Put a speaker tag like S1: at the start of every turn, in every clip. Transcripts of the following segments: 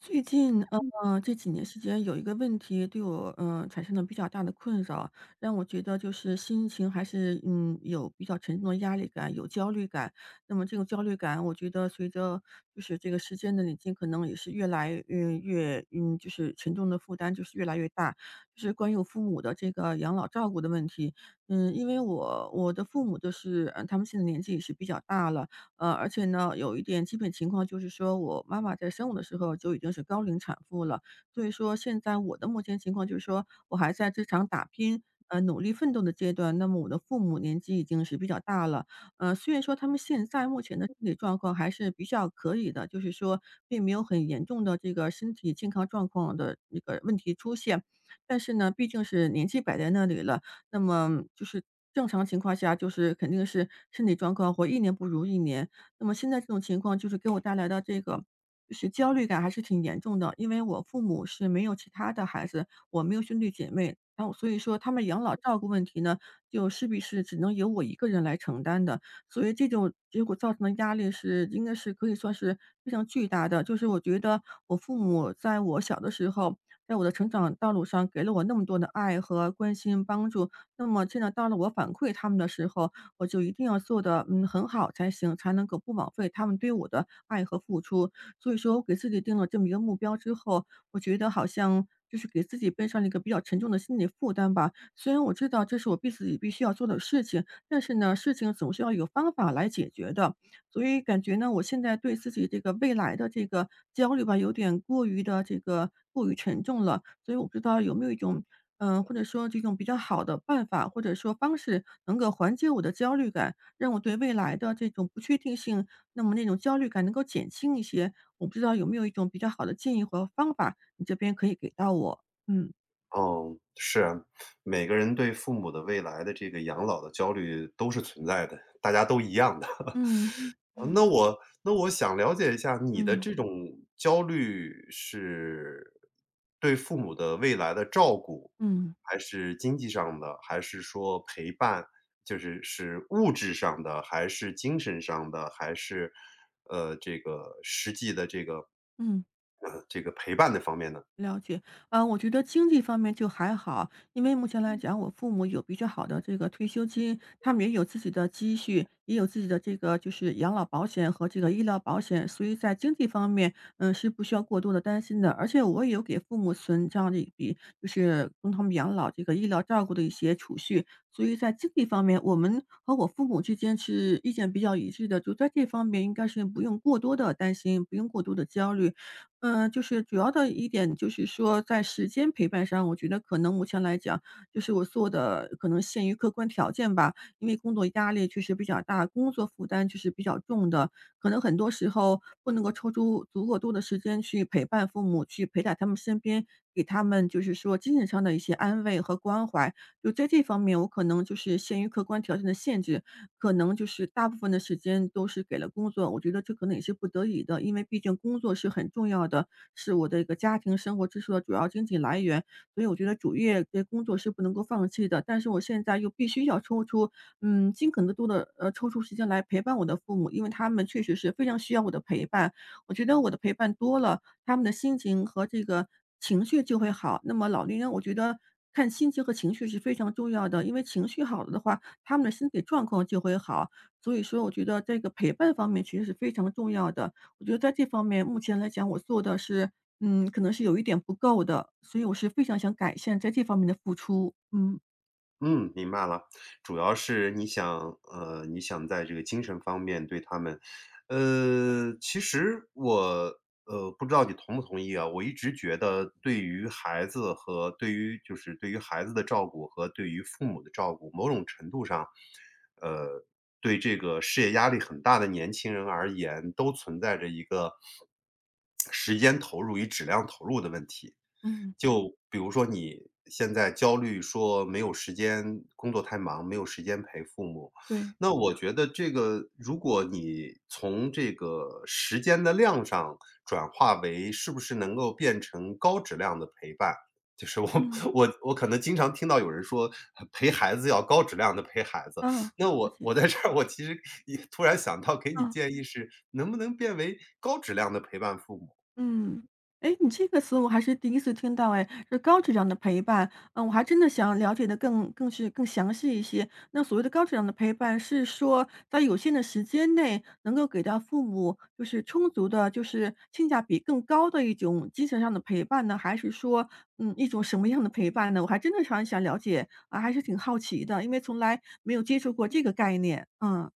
S1: 最近，这几年时间有一个问题对我，产生了比较大的困扰，让我觉得就是心情还是，有比较沉重的压力感，有焦虑感。那么这种焦虑感，我觉得随着就是这个时间的累积，可能也是越来越，就是沉重的负担就是越来越大。就是关于我父母的这个养老照顾的问题，嗯，因为我的父母就是，他们现在年纪也是比较大了。而且呢，有一点基本情况就是说，我妈妈在生我的时候就已经是高龄产妇了，所以说现在我的目前情况就是说，我还在职场打拼，努力奋斗的阶段。那么我的父母年纪已经是比较大了，虽然说他们现在目前的身体状况还是比较可以的，就是说并没有很严重的这个身体健康状况的那个问题出现，但是呢，毕竟是年纪摆在那里了，那么就是正常情况下，就是肯定是身体状况会一年不如一年。那么现在这种情况就是给我带来的这个就是焦虑感还是挺严重的，因为我父母是没有其他的孩子，我没有兄弟姐妹，然后所以说他们养老照顾问题呢，就势必是只能由我一个人来承担的，所以这种结果造成的压力是应该是可以算是非常巨大的。就是我觉得我父母在我小的时候，在我的成长道路上给了我那么多的爱和关心帮助，那么现在到了我反馈他们的时候，我就一定要做的很好才行，才能够不枉费他们对我的爱和付出。所以说我给自己定了这么一个目标之后，我觉得好像就是给自己背上了一个比较沉重的心理负担吧。虽然我知道这是我自己必须要做的事情，但是呢，事情总是要有方法来解决的。所以感觉呢，我现在对自己这个未来的这个焦虑吧，有点过于的这个过于沉重了。所以我不知道有没有一种或者说这种比较好的办法，或者说方式，能够缓解我的焦虑感，让我对未来的这种不确定性，那么那种焦虑感能够减轻一些。我不知道有没有一种比较好的建议和方法，你这边可以给到我？嗯。
S2: 哦，是啊，每个人对父母的未来的这个养老的焦虑都是存在的，大家都一样的。
S1: 嗯嗯
S2: 那我想了解一下，你的这种焦虑是对父母的未来的照顾，
S1: 嗯，
S2: 还是经济上的，还是说陪伴，就是是物质上的，还是精神上的，还是这个实际的
S1: 嗯。
S2: 这个陪伴的方面呢？
S1: 了解。啊，我觉得经济方面就还好，因为目前来讲，我父母有比较好的这个退休金，他们也有自己的积蓄，也有自己的这个就是养老保险和这个医疗保险，所以在经济方面，嗯，是不需要过多的担心的。而且我也有给父母存这样的一笔，就是供他们养老这个医疗照顾的一些储蓄，所以在经济方面，我们和我父母之间是意见比较一致的，就在这方面应该是不用过多的担心，不用过多的焦虑。嗯，就是主要的一点就是说，在时间陪伴上，我觉得可能目前来讲，就是我做的可能限于客观条件吧，因为工作压力确实比较大，工作负担就是比较重的，可能很多时候不能够抽出足够多的时间去陪伴父母，去陪在他们身边，给他们就是说精神上的一些安慰和关怀。就在这方面，我可能就是限于客观条件的限制，可能就是大部分的时间都是给了工作，我觉得这可能也是不得已的，因为毕竟工作是很重要的，是我的一个家庭生活支出的主要经济来源，所以我觉得主业这工作是不能够放弃的。但是我现在又必须要抽出，嗯，尽可能多的抽出时间来陪伴我的父母，因为他们确实是非常需要我的陪伴。我觉得我的陪伴多了，他们的心情和这个情绪就会好。那么老年人，我觉得看心情和情绪是非常重要的，因为情绪好了的话，他们的身体状况就会好。所以说，我觉得这个陪伴方面其实是非常重要的。我觉得在这方面，目前来讲，我做的是，嗯，可能是有一点不够的，所以我是非常想改善在这方面的付出。嗯
S2: 嗯，明白了，主要是你想你想在这个精神方面对他们，呃，其实我呃，不知道你同不同意啊，我一直觉得对于孩子和对于就是对于孩子的照顾和对于父母的照顾，某种程度上，呃，对这个事业压力很大的年轻人而言，都存在着一个时间投入与质量投入的问题。
S1: 嗯，
S2: 就比如说你现在焦虑说没有时间，工作太忙，没有时间陪父母。
S1: 对。
S2: 那我觉得这个，如果你从这个时间的量上转化为是不是能够变成高质量的陪伴，就是我
S1: 嗯。
S2: 我可能经常听到有人说陪孩子要高质量的陪孩子，
S1: 啊，
S2: 那
S1: 了
S2: 我
S1: 解。
S2: 在这儿我其实也突然想到给你
S1: 啊。
S2: 建议是，能不能变为高质量的陪伴父母？
S1: 嗯。哎，你这个词我还是第一次听到哎，是高质量的陪伴。嗯，我还真的想了解的更详细一些。那所谓的高质量的陪伴是说，在有限的时间内能够给到父母就是充足的就是性价比更高的一种精神上的陪伴呢？还是说，嗯，一种什么样的陪伴呢？我还真的想了解，啊，还是挺好奇的，因为从来没有接触过这个概念。嗯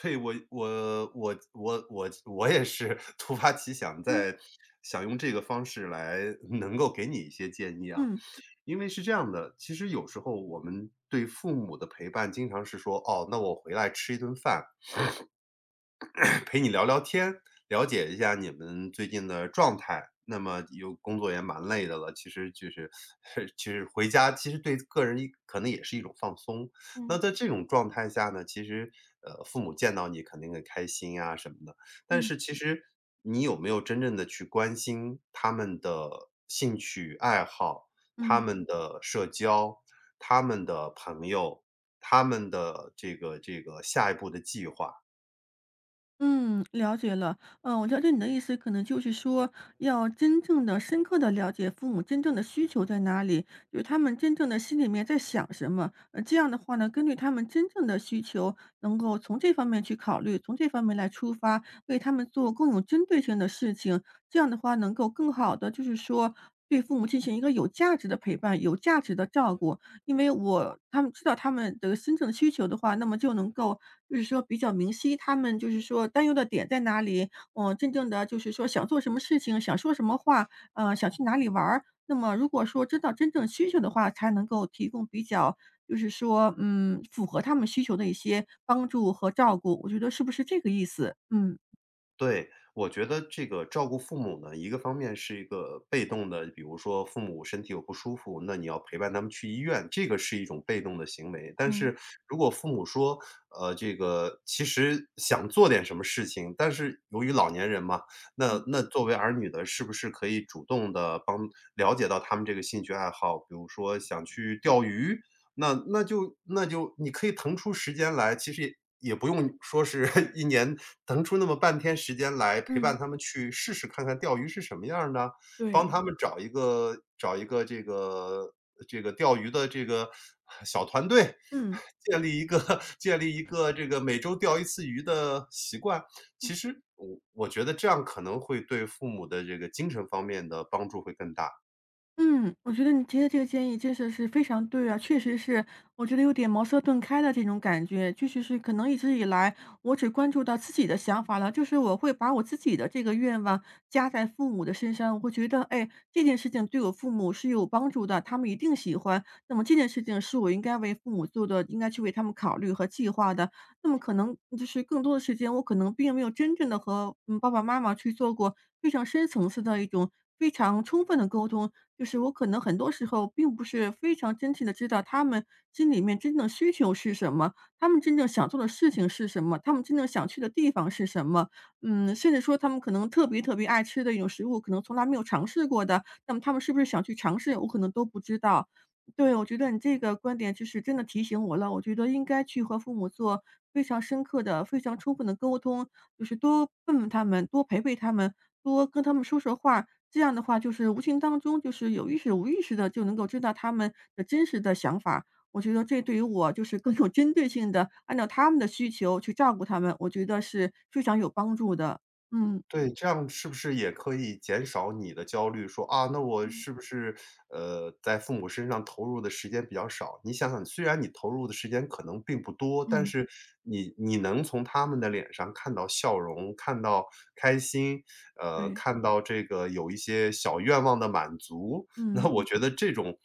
S2: 对，我也是突发奇想，
S1: 嗯。
S2: 在想用这个方式来能够给你一些建议啊。
S1: 嗯。
S2: 因为是这样的，其实有时候我们对父母的陪伴经常是说：“哦，那我回来吃一顿饭，陪你聊聊天，了解一下你们最近的状态。那么有工作也蛮累的了，其实就是 其实回家，其实对个人一可能也是一种放松。那
S1: 嗯。
S2: 在这种状态下呢，其实父母见到你肯定很开心啊什么的。但
S1: 嗯，
S2: 是其实你有没有真正的去关心他们的兴趣爱好、他
S1: 嗯。
S2: 们的社交、他们的朋友、他们的这个下一步的计划？
S1: 嗯，了解了。嗯，我了解你的意思，可能就是说，要真正的、深刻的了解父母真正的需求在哪里，就是他们真正的心里面在想什么。呃，这样的话呢，根据他们真正的需求，能够从这方面去考虑，从这方面来出发，为他们做更有针对性的事情。这样的话，能够更好的，就是说对父母进行一个有价值的陪伴、有价值的照顾，因为我他们知道他们的真正的需求的话，那么就能够就是说比较明晰，他们就是说担忧的点在哪里，嗯，真正的就是说想做什么事情，想说什么话，呃，想去哪里玩儿。那么如果说知道真正需求的话，才能够提供比较，就是说，嗯，符合他们需求的一些帮助和照顾。我觉得是不是这个意思？嗯
S2: 对，我觉得这个照顾父母呢，一个方面是一个被动的，比如说父母身体有不舒服，那你要陪伴他们去医院，这个是一种被动的行为。但
S1: 嗯
S2: 是如果父母说，这个其实想做点什么事情，但是由于老年人嘛，那
S1: 嗯
S2: 作为儿女的，是不是可以主动的帮了解到他们这个兴趣爱好，比如说想去钓鱼，那就你可以腾出时间来，其实也不用说是 一年腾出那么半天时间来陪伴
S1: 嗯，
S2: 他们去试试看看钓鱼是什么样儿的，帮
S1: 对。
S2: 他们找一个这个钓鱼的这个小团队，
S1: 嗯。
S2: 建立一个 建立一个这个每周钓一次鱼的习惯。其实我我觉得这样可能会对父母的这个精神方面的帮助会更大。
S1: 嗯，我觉得你提的这个建议真的是非常对啊，确实是，我觉得有点茅塞顿开的这种感觉，确实是可能一直以来我只关注到自己的想法了，就是我会把我自己的这个愿望加在父母的身上，我会觉得，哎，这件事情对我父母是有帮助的，他们一定喜欢，那么这件事情是我应该为父母做的，应该去为他们考虑和计划的，那么可能就是更多的时间，我可能并没有真正的和爸爸妈妈去做过非常深层次的一种。非常充分的沟通，就是我可能很多时候并不是非常真切的知道他们心里面真正的需求是什么，他们真正想做的事情是什么，他们真正想去的地方是什么。嗯，甚至说他们可能特别爱吃的一种食物，可能从来没有尝试过的，那么他们是不是想去尝试，我可能都不知道。对，我觉得你这个观点就是真的提醒我了，我觉得应该去和父母做非常深刻的、非常充分的沟通，就是多问问他们，多陪陪他们，多跟他们说说话，这样的话，就是无形当中，就是有意识、无意识的，就能够知道他们的真实的想法。我觉得这对于我就是更有针对性的，按照他们的需求去照顾他们，我觉得是非常有帮助的。嗯。
S2: 对，这样是不是也可以减少你的焦虑？说啊，那我
S1: 嗯。
S2: 是不是在父母身上投入的时间比较少？你想想，虽然你投入的时间可能并不多，但
S1: 嗯，
S2: 是你能从他们的脸上看到笑容，看到开心，
S1: 对。
S2: 看到这个有一些小愿望的满足，那
S1: 嗯。
S2: 我觉得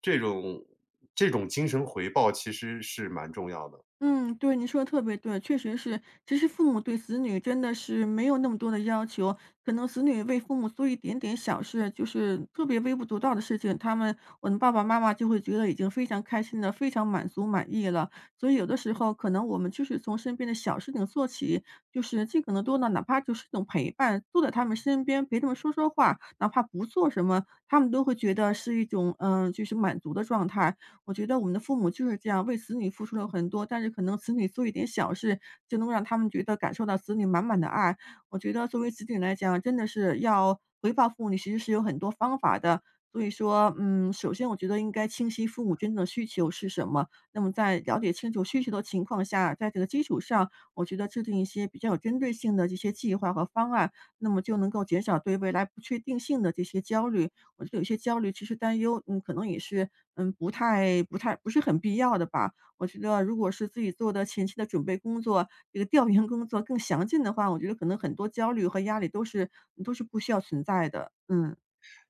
S2: 这种这种精神回报其实是蛮重要的。
S1: 嗯，对，你说的特别对，确实是。其实父母对子女真的是没有那么多的要求，可能子女为父母做一点点小事，就是特别微不足道的事情，我们爸爸妈妈就会觉得已经非常开心的、非常满足满意了。所以有的时候可能我们就是从身边的小事情做起，就是尽可能多的，哪怕就是一种陪伴，坐在他们身边陪他们说说话，哪怕不做什么，他们都会觉得是一种就是满足的状态。我觉得我们的父母就是这样，为子女付出了很多，但是可能子女做一点小事，就能让他们觉得感受到子女满满的爱。我觉得作为子女来讲，真的是要回报父母，你其实是有很多方法的。所以说，嗯，首先我觉得应该清晰父母真正的需求是什么。那么在了解清楚需求的情况下，在这个基础上，我觉得制定一些比较有针对性的这些计划和方案，那么就能够减少对未来不确定性的这些焦虑。我觉得有些焦虑，其实担忧，嗯，可能也是，嗯，不是很必要的吧。我觉得如果是自己做的前期的准备工作，这个调研工作更详尽的话，我觉得可能很多焦虑和压力都是不需要存在的。嗯。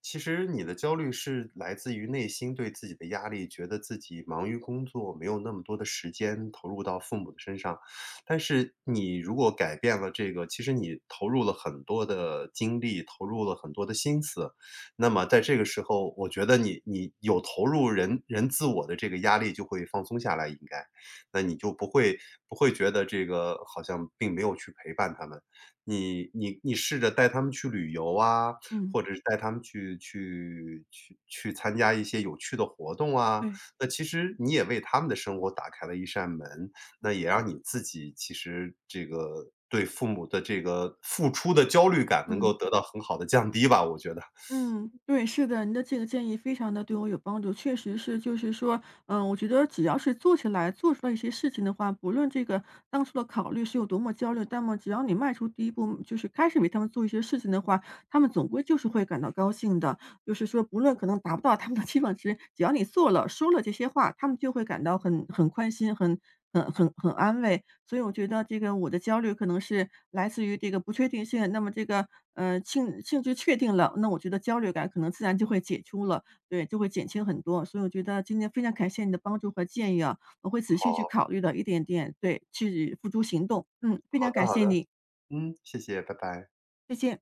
S2: 其实你的焦虑是来自于内心对自己的压力，觉得自己忙于工作，没有那么多的时间投入到父母的身上。但是你如果改变了这个，其实你投入了很多的精力，投入了很多的心思，那么在这个时候，我觉得你有投入自我的这个压力就会放松下来，应该，那你就不会觉得这个好像并没有去陪伴他们。你试着带他们去旅游啊，
S1: 嗯，
S2: 或者是带他们去参加一些有趣的活动啊，
S1: 对。
S2: 那其实你也为他们的生活打开了一扇门，那也让你自己其实这个对父母的这个付出的焦虑感能够
S1: 嗯。
S2: 得到很好的降低吧，我觉得。
S1: 嗯，对，是的，你的这个建议非常的对我有帮助。确实是，就是说，嗯，我觉得只要是做起来做出来一些事情的话，不论这个当初的考虑是有多么焦虑，那么只要你迈出第一步，就是开始为他们做一些事情的话，他们总归就是会感到高兴的。就是说不论可能达不到他们的期望值，只要你做了、说了这些话，他们就会感到很宽心、很很安慰。所以我觉得这个我的焦虑可能是来自于这个不确定性，那么这个，性质确定了，那我觉得焦虑感可能自然就会解除了，对，就会减轻很多。所以我觉得今天非常感谢你的帮助和建议啊，我会仔细去
S2: 好，
S1: 考虑的，一点点，对，去付诸行动。嗯，非
S2: 好
S1: 常
S2: 的
S1: 感
S2: 好
S1: 谢
S2: 的，
S1: 你，
S2: 嗯，谢谢，拜拜。
S1: 再见。